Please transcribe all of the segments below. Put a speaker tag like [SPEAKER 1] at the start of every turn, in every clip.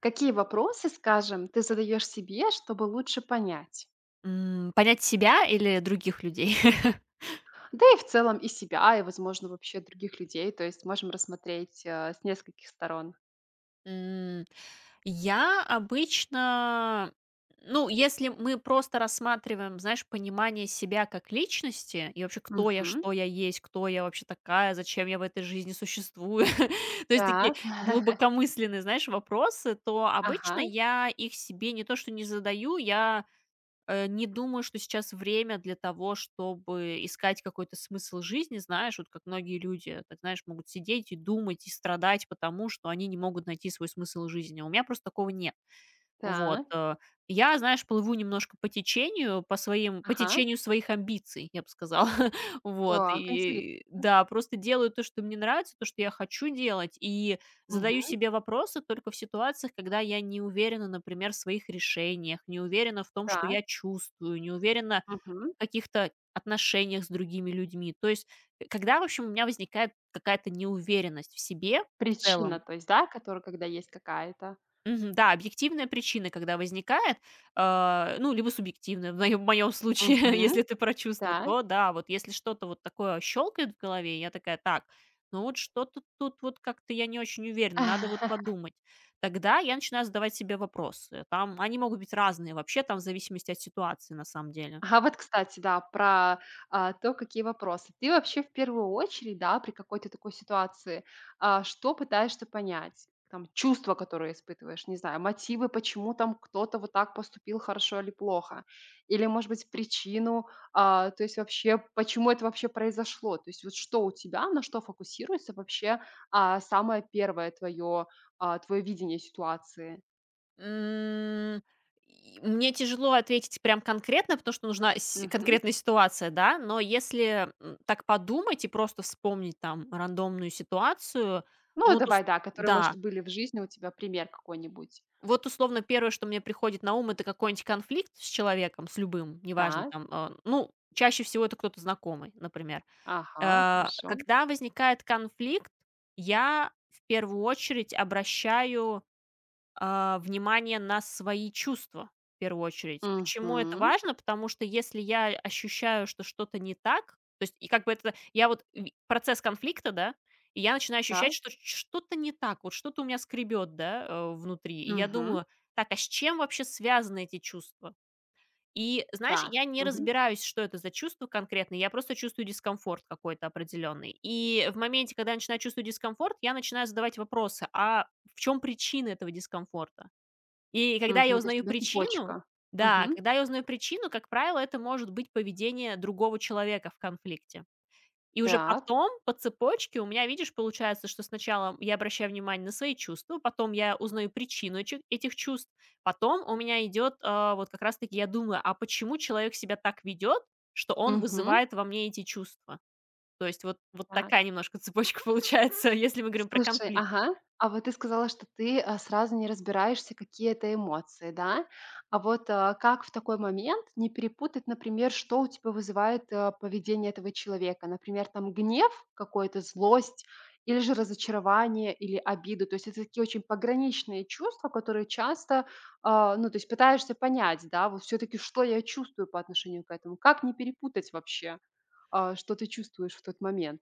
[SPEAKER 1] Какие вопросы, скажем, ты задаешь себе, чтобы лучше понять?
[SPEAKER 2] Понять себя или других людей?
[SPEAKER 1] Да и в целом и себя, и, возможно, вообще других людей. То есть можем рассмотреть с нескольких сторон.
[SPEAKER 2] М, я обычно, ну, если мы просто рассматриваем, знаешь, понимание себя как личности и вообще кто я,
[SPEAKER 1] Мгм.
[SPEAKER 2] что я есть, кто я вообще такая, зачем я в этой жизни существую, то есть такие
[SPEAKER 1] Так.
[SPEAKER 2] глубокомысленные, знаешь, вопросы, то обычно
[SPEAKER 1] Ага.
[SPEAKER 2] я их себе не то что не задаю, я не думаю, что сейчас время для того, чтобы искать какой-то смысл жизни, знаешь, вот как многие люди, так знаешь, могут сидеть и думать, и страдать потому, что они не могут найти свой смысл жизни. У меня просто такого нет. Вот,
[SPEAKER 1] Так.
[SPEAKER 2] я, знаешь, плыву немножко по течению, по
[SPEAKER 1] Ага.
[SPEAKER 2] течению своих амбиций, я бы сказала. Вот,
[SPEAKER 1] Так. Интересно.
[SPEAKER 2] и да, просто делаю то, что мне нравится, то, что я хочу делать, и задаю
[SPEAKER 1] Мгм.
[SPEAKER 2] себе вопросы только в ситуациях, когда я не уверена, например, в своих решениях, не уверена в том, что
[SPEAKER 1] Так.
[SPEAKER 2] я чувствую, не уверена
[SPEAKER 1] Мгм.
[SPEAKER 2] в каких-то отношениях с другими людьми. То есть, когда, в общем, у меня возникает какая-то неуверенность в себе в
[SPEAKER 1] Причина,
[SPEAKER 2] целом.
[SPEAKER 1] то есть, да, которая, когда есть какая-то.
[SPEAKER 2] Мгм. Да, объективная причина, когда возникает, ну, либо субъективная, в моем случае,
[SPEAKER 1] Мгм.
[SPEAKER 2] если ты про чувства,
[SPEAKER 1] Так.
[SPEAKER 2] то да, вот если что-то вот такое щелкает в голове, я такая: так, ну вот что-то тут вот как-то я не очень уверена, надо вот подумать. Тогда я начинаю задавать себе вопросы. Там они могут быть разные вообще, там в зависимости от ситуации на самом деле.
[SPEAKER 1] А вот, кстати, да, про, то, какие вопросы. Ты вообще в первую очередь, да, при какой-то такой ситуации, что пытаешься понять? Там чувства, которые испытываешь, не знаю, мотивы, почему там кто-то вот так поступил, хорошо или плохо. Или, может быть, причину, то есть вообще, почему это вообще произошло. То есть вот что у тебя, на что фокусируется вообще, самое первое твое видение ситуации?
[SPEAKER 2] М, и мне тяжело ответить прям конкретно, потому что нужна с
[SPEAKER 1] Мгм.
[SPEAKER 2] конкретная ситуация, да, но если, так подумать и просто вспомнить там рандомную ситуацию,
[SPEAKER 1] Ну,
[SPEAKER 2] ну вот ус
[SPEAKER 1] давай, да, которые, может,
[SPEAKER 2] да,
[SPEAKER 1] были в жизни у тебя, пример какой-нибудь.
[SPEAKER 2] вот условно первое, что мне приходит на ум — это какой-нибудь конфликт с человеком, с любым, неважно
[SPEAKER 1] Так,
[SPEAKER 2] там, ну, чаще всего это кто-то знакомый, например.
[SPEAKER 1] ага, хорошо.
[SPEAKER 2] Когда возникает конфликт, я в первую очередь обращаю внимание на свои чувства в первую очередь. Почему это
[SPEAKER 1] Мгм.
[SPEAKER 2] важно? Потому что если я ощущаю, что что-то не так, то есть и как бы это я вот процесс конфликта, да, и я начинаю ощущать,
[SPEAKER 1] Так,
[SPEAKER 2] что что-то не так, вот что-то у меня скребет, да, внутри. И я
[SPEAKER 1] мгм.
[SPEAKER 2] думаю, так, а с чем вообще связаны эти чувства? И, знаешь,
[SPEAKER 1] Так,
[SPEAKER 2] я не
[SPEAKER 1] мгм,
[SPEAKER 2] разбираюсь, что это за чувство конкретно, я просто чувствую дискомфорт какой-то определенный. И в моменте, когда я начинаю чувствовать дискомфорт, я начинаю задавать вопросы, а в чем причина этого дискомфорта? И когда я
[SPEAKER 1] мгм. То есть
[SPEAKER 2] узнаю
[SPEAKER 1] у тебя
[SPEAKER 2] причину
[SPEAKER 1] цепочка.
[SPEAKER 2] Да,
[SPEAKER 1] Мгм.
[SPEAKER 2] когда я узнаю причину, как правило, это может быть поведение другого человека в конфликте. И уже
[SPEAKER 1] Так.
[SPEAKER 2] потом по цепочке у меня, видишь, получается, что сначала я обращаю внимание на свои чувства, потом я узнаю причину этих чувств, потом у меня идет, вот как раз-таки я думаю, а почему человек себя так ведет, что он
[SPEAKER 1] Мгм.
[SPEAKER 2] вызывает во мне эти чувства? То есть вот
[SPEAKER 1] Так.
[SPEAKER 2] такая немножко цепочка получается, если мы говорим про
[SPEAKER 1] Слушай,
[SPEAKER 2] конфликт.
[SPEAKER 1] ага. А вот ты сказала, что ты, сразу не разбираешься, какие это эмоции, да? А вот, как в такой момент не перепутать, например, что у тебя вызывает, поведение этого человека? Например, там гнев какой-то, злость или же разочарование, или обиду. То есть это такие очень пограничные чувства, которые часто, ну, то есть пытаешься понять, да, вот все таки что я чувствую по отношению к этому. Как не перепутать вообще, что ты чувствуешь в тот момент?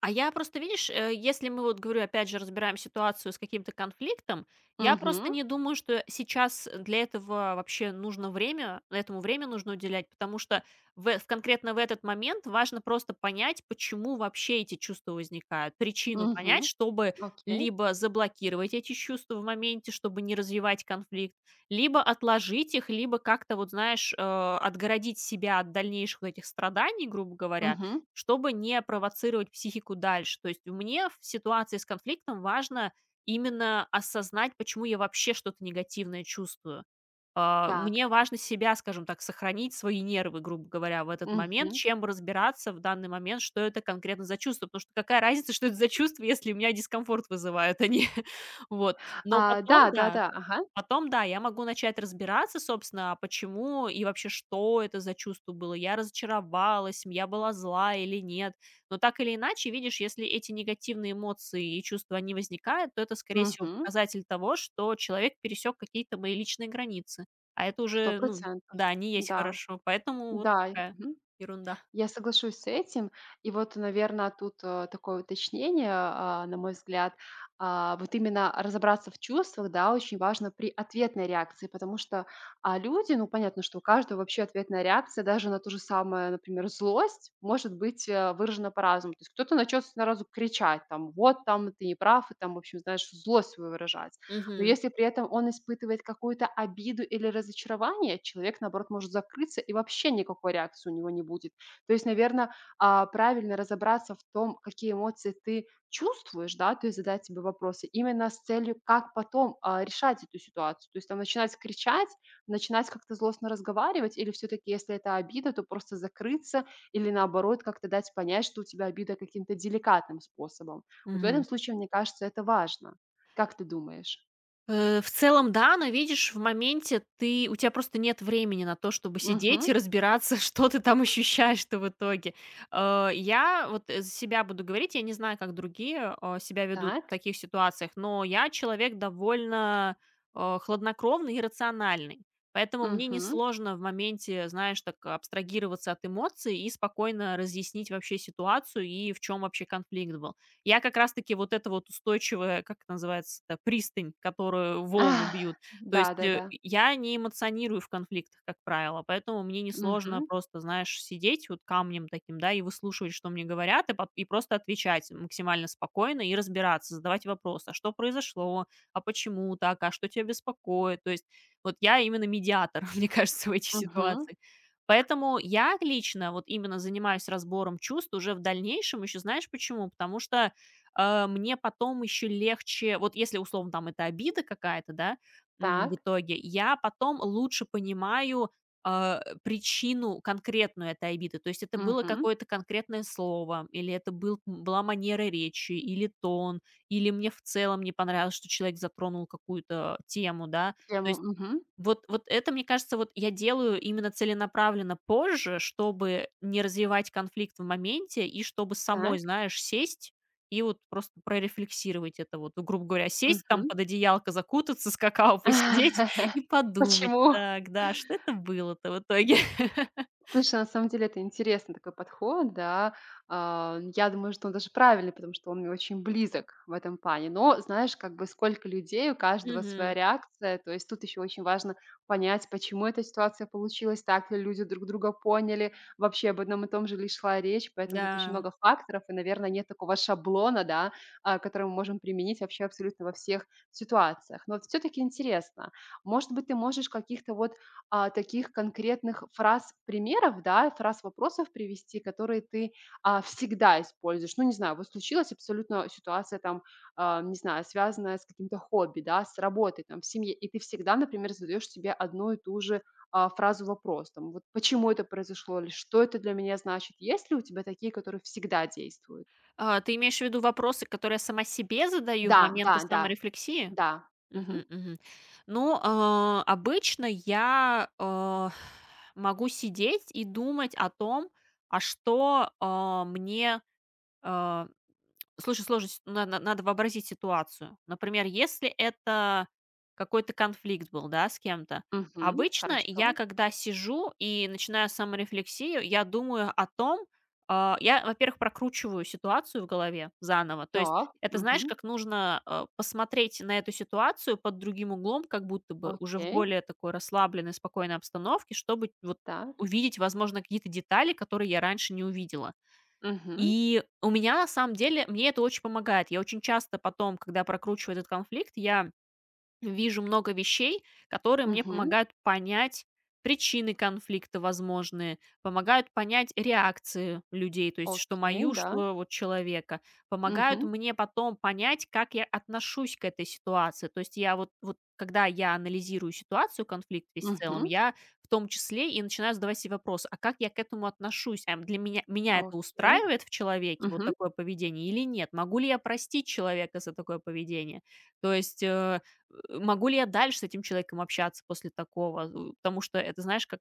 [SPEAKER 2] А я просто, видишь, если мы вот, говорю, опять же, разбираем ситуацию с каким-то конфликтом, я просто
[SPEAKER 1] Угу,
[SPEAKER 2] не думаю, что сейчас для этого вообще нужно время, этому время нужно уделять, потому что конкретно в этот момент важно просто понять, почему вообще эти чувства возникают, причину понять,
[SPEAKER 1] угу,
[SPEAKER 2] чтобы
[SPEAKER 1] окей.
[SPEAKER 2] либо заблокировать эти чувства в моменте, чтобы не развивать конфликт, либо отложить их, либо как-то, вот знаешь, отгородить себя от дальнейших вот этих страданий, грубо говоря,
[SPEAKER 1] Мгм.
[SPEAKER 2] чтобы не провоцировать психику дальше. То есть мне в ситуации с конфликтом важно именно осознать, почему я вообще что-то негативное чувствую.
[SPEAKER 1] Так.
[SPEAKER 2] Мне важно себя, скажем так, сохранить, свои нервы, грубо говоря, в этот момент,
[SPEAKER 1] Мгм.
[SPEAKER 2] чем разбираться в данный момент, что это конкретно за чувство. Потому что какая разница, что это за чувство, если у меня дискомфорт вызывают они. Вот. Но потом, да,
[SPEAKER 1] Да-да-да. Ага.
[SPEAKER 2] Потом, да, я могу начать разбираться, собственно, а почему и вообще, что это за чувство было. Я разочаровалась, я была зла или нет. Но так или иначе, видишь, если эти негативные эмоции и чувства, они возникают, то это, скорее всего,
[SPEAKER 1] Мгм.
[SPEAKER 2] показатель того, что человек пересек какие-то мои личные границы. А это
[SPEAKER 1] Сто
[SPEAKER 2] уже, ну,
[SPEAKER 1] процентов.
[SPEAKER 2] да, не есть
[SPEAKER 1] Да.
[SPEAKER 2] хорошо. Поэтому вот
[SPEAKER 1] Да.
[SPEAKER 2] такая
[SPEAKER 1] Мгм.
[SPEAKER 2] ерунда.
[SPEAKER 1] Я соглашусь с этим. И вот, наверное, тут, такое уточнение, на мой взгляд. Вот именно разобраться в чувствах, да, очень важно при ответной реакции, потому что, люди, ну, понятно, что у каждого вообще ответная реакция даже на то же самое, например, злость может быть, выражена по-разному. То есть кто-то начнет сразу кричать там: "Вот там ты не прав", и там, в общем, знаешь, злость свою выражать. Но если при этом он испытывает какую-то обиду или разочарование, человек, наоборот, может закрыться, и вообще никакой реакции у него не будет. То есть, наверное, правильно разобраться в том, какие эмоции ты чувствуешь, да, то есть задать себе вопросы именно с целью, как потом, решать эту ситуацию. То есть там начинать кричать, начинать как-то злостно разговаривать или все таки если это обида, то просто закрыться или, наоборот, как-то дать понять, что у тебя обида каким-то деликатным способом. Вот в этом
[SPEAKER 2] Мгм.
[SPEAKER 1] случае, мне кажется, это важно. Как ты думаешь?
[SPEAKER 2] В целом, да, но видишь, в моменте ты у тебя просто нет времени на то, чтобы сидеть
[SPEAKER 1] Мгм.
[SPEAKER 2] и разбираться, что ты там ощущаешь-то в итоге. Я вот, за себя буду говорить, я не знаю, как другие, себя ведут в
[SPEAKER 1] Так.
[SPEAKER 2] таких ситуациях, но я человек довольно хладнокровный и рациональный. Поэтому мне
[SPEAKER 1] Мгм.
[SPEAKER 2] несложно в моменте, знаешь, так абстрагироваться от эмоций и спокойно разъяснить вообще ситуацию и в чем вообще конфликт был. Я как раз таки вот это вот устойчивая, как это называется-то, пристань, которую волны бьют. То есть,
[SPEAKER 1] Да-да-да.
[SPEAKER 2] я не эмоционирую в конфликтах, как правило, поэтому мне
[SPEAKER 1] Мгм.
[SPEAKER 2] несложно просто, знаешь, сидеть вот камнем таким, да, и выслушивать, что мне говорят, и пот и просто отвечать максимально спокойно и разбираться, задавать вопросы: "А что произошло? А почему так? А что тебя беспокоит?" То есть вот я именно медиатор, мне кажется, в этих
[SPEAKER 1] Мгм.
[SPEAKER 2] ситуациях. Поэтому я лично вот именно занимаюсь разбором чувств уже в дальнейшем. Еще знаешь почему? Потому что мне потом еще легче, вот если условно там это обида какая-то, да, в
[SPEAKER 1] Так.
[SPEAKER 2] итоге, я потом лучше понимаю причину конкретную этой обиды. То есть это было
[SPEAKER 1] Мгм.
[SPEAKER 2] какое-то конкретное слово, или это была манера речи, или тон, или мне в целом не понравилось, что человек затронул какую-то тему, да. То
[SPEAKER 1] Тему.
[SPEAKER 2] есть
[SPEAKER 1] Мгм.
[SPEAKER 2] вот это, мне кажется, вот я делаю именно целенаправленно позже, чтобы не развивать конфликт в моменте и чтобы самой,
[SPEAKER 1] Так.
[SPEAKER 2] знаешь, сесть и вот просто прорефлексировать это вот. Ну, грубо говоря, сесть
[SPEAKER 1] Мгм.
[SPEAKER 2] там под одеялко, закутаться, с какао посидеть и подумать:
[SPEAKER 1] Почему?
[SPEAKER 2] "Так, да, что это было-то в итоге?"
[SPEAKER 1] Слушай, на самом деле это интересный такой подход, да. Я думаю, что он даже правильный, потому что он мне очень близок в этом плане. Но знаешь, как бы сколько людей, у каждого своя
[SPEAKER 2] Мгм.
[SPEAKER 1] реакция. То есть тут еще очень важно понять, почему эта ситуация получилась, так ли люди друг друга поняли, вообще об одном и том же ли шла речь. Поэтому тут очень
[SPEAKER 2] Да.
[SPEAKER 1] много факторов, и, наверное, нет такого шаблона, да, который мы можем применить вообще абсолютно во всех ситуациях. Но все-таки интересно, может быть, ты можешь каких-то вот таких конкретных фраз, примеров, да, фраз, вопросов привести, которые ты, всегда используешь. Ну, не знаю, вот случилась абсолютно ситуация там, не знаю, связанная с каким-то хобби, да, с работой, там, в семье, и ты всегда, например, задаешь себе одну и ту же, фразу-вопрос, там, вот почему это произошло или что это для меня значит. Есть ли у тебя такие, которые всегда действуют?
[SPEAKER 2] А, ты имеешь в виду вопросы, которые я сама себе задаю в
[SPEAKER 1] Да, да,
[SPEAKER 2] моменты
[SPEAKER 1] да,
[SPEAKER 2] саморефлексии?
[SPEAKER 1] да. Мгм.
[SPEAKER 2] Мгм, мгм. Ну, обычно я, могу сидеть и думать о том, а что, а, мне, а слушай, сложность, на надо вообразить ситуацию. Например, если это какой-то конфликт был, да, с кем-то.
[SPEAKER 1] Мгм.
[SPEAKER 2] Обычно я,
[SPEAKER 1] Хорошо.
[SPEAKER 2] когда сижу и начинаю саморефлексию, я думаю о том, во-первых, прокручиваю ситуацию в голове заново. То есть
[SPEAKER 1] Так.
[SPEAKER 2] это, знаешь,
[SPEAKER 1] Мгм.
[SPEAKER 2] как нужно, посмотреть на эту ситуацию под другим углом, как будто бы уже в
[SPEAKER 1] Окей.
[SPEAKER 2] более такой расслабленной, спокойной обстановке, чтобы вот
[SPEAKER 1] Так.
[SPEAKER 2] увидеть, возможно, какие-то детали, которые я раньше не увидела.
[SPEAKER 1] Мгм.
[SPEAKER 2] И у меня, на самом деле, мне это очень помогает. Я очень часто потом, когда прокручиваю этот конфликт, я вижу много вещей, которые мне
[SPEAKER 1] Мгм.
[SPEAKER 2] помогают понять причины конфликта возможные, помогают понять реакции людей, то есть что
[SPEAKER 1] Окей,
[SPEAKER 2] мою,
[SPEAKER 1] да.
[SPEAKER 2] что вот человека, помогают
[SPEAKER 1] Мгм.
[SPEAKER 2] мне потом понять, как я отношусь к этой ситуации. То есть вот когда я анализирую ситуацию, конфликт весь в целом,
[SPEAKER 1] Мгм.
[SPEAKER 2] я в том числе и начинаю задавать себе вопрос, а как я к этому отношусь? А меня это
[SPEAKER 1] Окей.
[SPEAKER 2] устраивает в человеке, вот
[SPEAKER 1] Мгм.
[SPEAKER 2] такое поведение, или нет? Могу ли я простить человека за такое поведение? То есть могу ли я дальше с этим человеком общаться после такого? У Потому что это, знаешь, как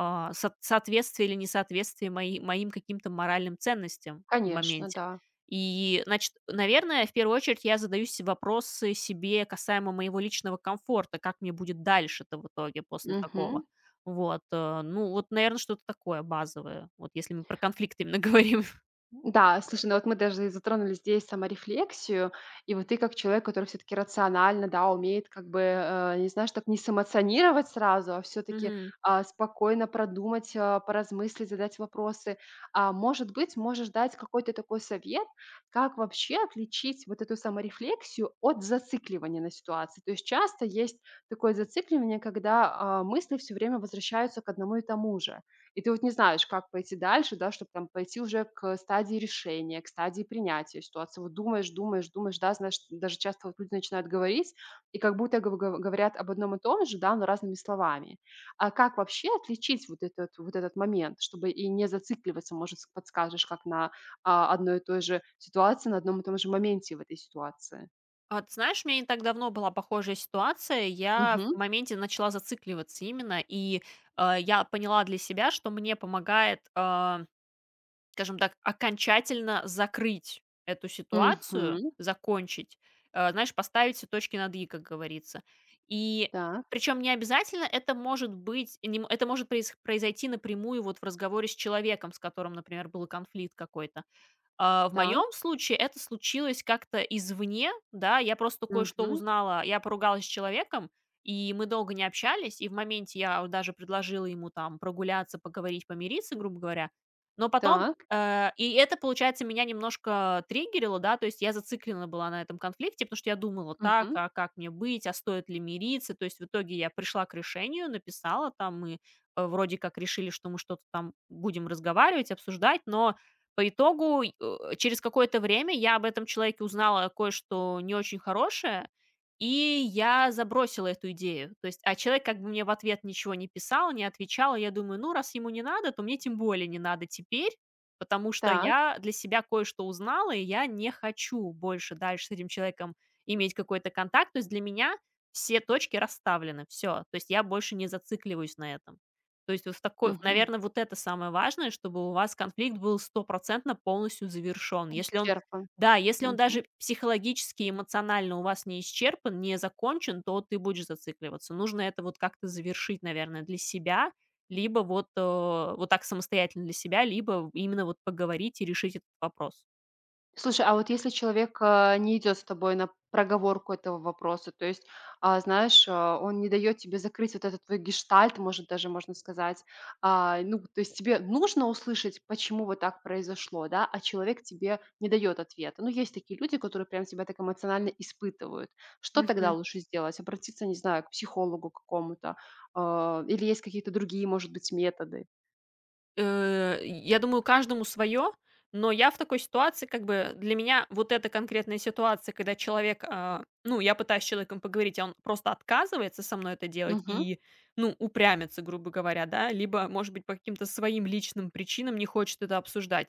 [SPEAKER 2] соответствие или несоответствие моим каким-то моральным ценностям в
[SPEAKER 1] Конечно,
[SPEAKER 2] моменте.
[SPEAKER 1] да.
[SPEAKER 2] И, значит, наверное, в первую очередь я задаю вопросы себе касаемо моего личного комфорта, как мне будет дальше-то в итоге после такого.
[SPEAKER 1] Мгм.
[SPEAKER 2] Вот, ну, вот, наверное, что-то такое базовое, вот если мы про конфликт именно
[SPEAKER 1] Да, слушай, ну вот мы даже и затронули здесь саморефлексию, и вот ты как человек, который все таки рационально, да, умеет как бы, не знаешь, так не сэмоционировать сразу, а все таки
[SPEAKER 2] говорим.
[SPEAKER 1] спокойно продумать, поразмыслить, задать вопросы. Может быть, можешь дать какой-то такой совет, как вообще отличить вот эту саморефлексию от зацикливания на ситуации? То есть часто есть такое зацикливание, когда, мысли все время возвращаются к одному и тому же. И ты вот не знаешь, как пойти дальше, да, чтобы там пойти уже к стадии решения, к стадии принятия ситуации. Вот думаешь, думаешь, думаешь, да, знаешь, даже часто вот люди начинают говорить, и как будто говорят об одном и том же, да, но разными словами. А как вообще отличить вот этот момент, чтобы и не зацикливаться, может, подскажешь, как на одной и той же ситуации, на одном и том же моменте в этой ситуации?
[SPEAKER 2] А ты знаешь, у меня не так давно была похожая ситуация. Я
[SPEAKER 1] Мгм.
[SPEAKER 2] в моменте начала зацикливаться именно, и я поняла для себя, что мне помогает, скажем так, окончательно закрыть эту ситуацию,
[SPEAKER 1] Мгм.
[SPEAKER 2] закончить, знаешь, поставить все точки над «и», как говорится. И
[SPEAKER 1] Так,
[SPEAKER 2] причем не обязательно это может быть, не м- это может проис- произойти напрямую вот в разговоре с человеком, с которым, например, был конфликт какой-то. В
[SPEAKER 1] так,
[SPEAKER 2] моем случае это случилось как-то извне, да, я просто кое-что
[SPEAKER 1] мгм.
[SPEAKER 2] узнала, я поругалась с человеком, и мы долго не общались, и в моменте я вот даже предложила ему там прогуляться, поговорить, помириться, грубо говоря, но потом…
[SPEAKER 1] Так,
[SPEAKER 2] И это, получается, меня немножко триггерило, да, то есть я зациклена была на этом конфликте, потому что я думала: так,
[SPEAKER 1] мгм.
[SPEAKER 2] а как мне быть, а стоит ли мириться. То есть в итоге я пришла к решению, написала там, мы вроде как решили, что мы что-то там будем разговаривать, обсуждать, но по итогу, через какое-то время я об этом человеке узнала кое-что не очень хорошее, и я забросила эту идею. То есть, а человек как бы мне в ответ ничего не писал, не отвечал, и я думаю: ну, раз ему не надо, то мне тем более не надо теперь, потому что
[SPEAKER 1] Так,
[SPEAKER 2] я для себя кое-что узнала, и я не хочу больше дальше с этим человеком иметь какой-то контакт. То есть для меня все точки расставлены, все. То есть я больше не зацикливаюсь на этом. То есть вот, в такой
[SPEAKER 1] мгм.
[SPEAKER 2] наверное, вот это самое важное, чтобы у вас конфликт был стопроцентно полностью завершен. Если он
[SPEAKER 1] Исчерпан.
[SPEAKER 2] Да, если он даже психологически эмоционально у вас не исчерпан, не закончен, то ты будешь зацикливаться. Нужно это вот как-то завершить, наверное, для себя, либо вот, вот так самостоятельно для себя, либо именно вот поговорить и решить этот вопрос.
[SPEAKER 1] Слушай, а вот если человек, не идет с тобой на проговорку этого вопроса, то есть, знаешь, он не дает тебе закрыть вот этот твой гештальт, может, даже можно сказать. Ну, то есть тебе нужно услышать, почему вот так произошло, да, а человек тебе не дает ответа. Ну, есть такие люди, которые прям тебя так эмоционально испытывают. Что тогда лучше сделать? Обратиться, не знаю, к психологу какому-то, или есть какие-то другие, может быть, методы?
[SPEAKER 2] Я думаю, каждому свое, но я в такой ситуации, как бы, для меня вот эта конкретная ситуация, когда человек, ну, я пытаюсь с человеком поговорить, а он просто отказывается со мной это делать
[SPEAKER 1] Угу,
[SPEAKER 2] и, ну, упрямится, грубо говоря, да, либо, может быть, по каким-то своим личным причинам не хочет это обсуждать.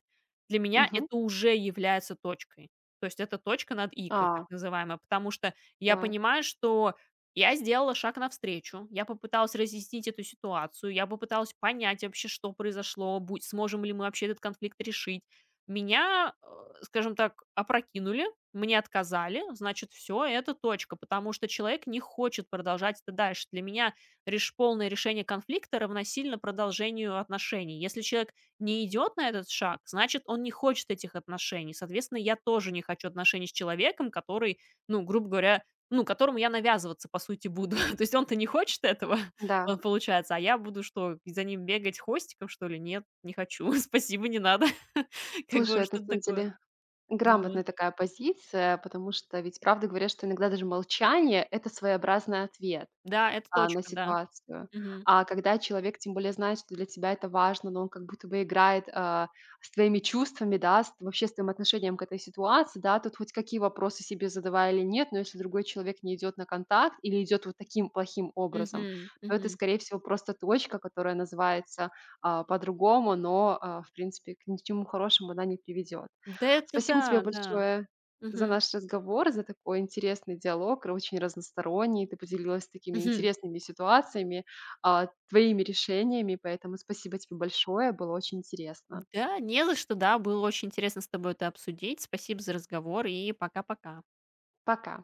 [SPEAKER 2] Для меня
[SPEAKER 1] угу.
[SPEAKER 2] это уже является точкой. То есть это точка над «и», как так
[SPEAKER 1] А,
[SPEAKER 2] называемая, потому что я
[SPEAKER 1] так,
[SPEAKER 2] понимаю, что я сделала шаг навстречу, я попыталась разъяснить эту ситуацию, я попыталась понять вообще, что произошло, сможем ли мы вообще этот конфликт решить. Меня, скажем так, опрокинули, мне отказали, значит, все, это точка, потому что человек не хочет продолжать это дальше. Для меня полное решение конфликта равносильно продолжению отношений. Если человек не идет на этот шаг, значит, он не хочет этих отношений. Соответственно, я тоже не хочу отношений с человеком, который, ну, грубо говоря, ну, которому я навязываться, по сути, буду. То есть он-то не хочет этого, по
[SPEAKER 1] да.
[SPEAKER 2] получается, а я буду что, за ним бегать хвостиком, что ли? Нет, не хочу, спасибо, не надо. Как бы
[SPEAKER 1] Слушай,
[SPEAKER 2] вот
[SPEAKER 1] это на
[SPEAKER 2] что-то
[SPEAKER 1] самом
[SPEAKER 2] такое.
[SPEAKER 1] деле
[SPEAKER 2] Ну
[SPEAKER 1] грамотная такая позиция, потому что ведь правда говорят, что иногда даже молчание — это своеобразный ответ
[SPEAKER 2] да, это
[SPEAKER 1] на
[SPEAKER 2] точка, да.
[SPEAKER 1] ситуацию.
[SPEAKER 2] Мгм.
[SPEAKER 1] А когда человек, тем более, знает, что для тебя это важно, но он как будто бы играет, с твоими чувствами, да, с вообще с твоим отношением к этой ситуации, да, тут хоть какие вопросы себе задавай или нет, но если другой человек не идет на контакт или идет вот таким плохим образом,
[SPEAKER 2] Мгм.
[SPEAKER 1] то это,
[SPEAKER 2] Мгм.
[SPEAKER 1] скорее всего, просто точка, которая называется, по-другому, но, в принципе, к ничему хорошему она не приведет.
[SPEAKER 2] Да, это
[SPEAKER 1] Спасибо тебе
[SPEAKER 2] да, да.
[SPEAKER 1] большое за
[SPEAKER 2] Мгм.
[SPEAKER 1] наш разговор, за такой интересный диалог, очень разносторонний. Ты поделилась такими
[SPEAKER 2] Мгм.
[SPEAKER 1] интересными ситуациями, твоими решениями, поэтому спасибо тебе большое, было очень интересно.
[SPEAKER 2] Да, не за что, да, было очень интересно с тобой это обсудить. Спасибо за разговор и пока-пока.
[SPEAKER 1] Пока.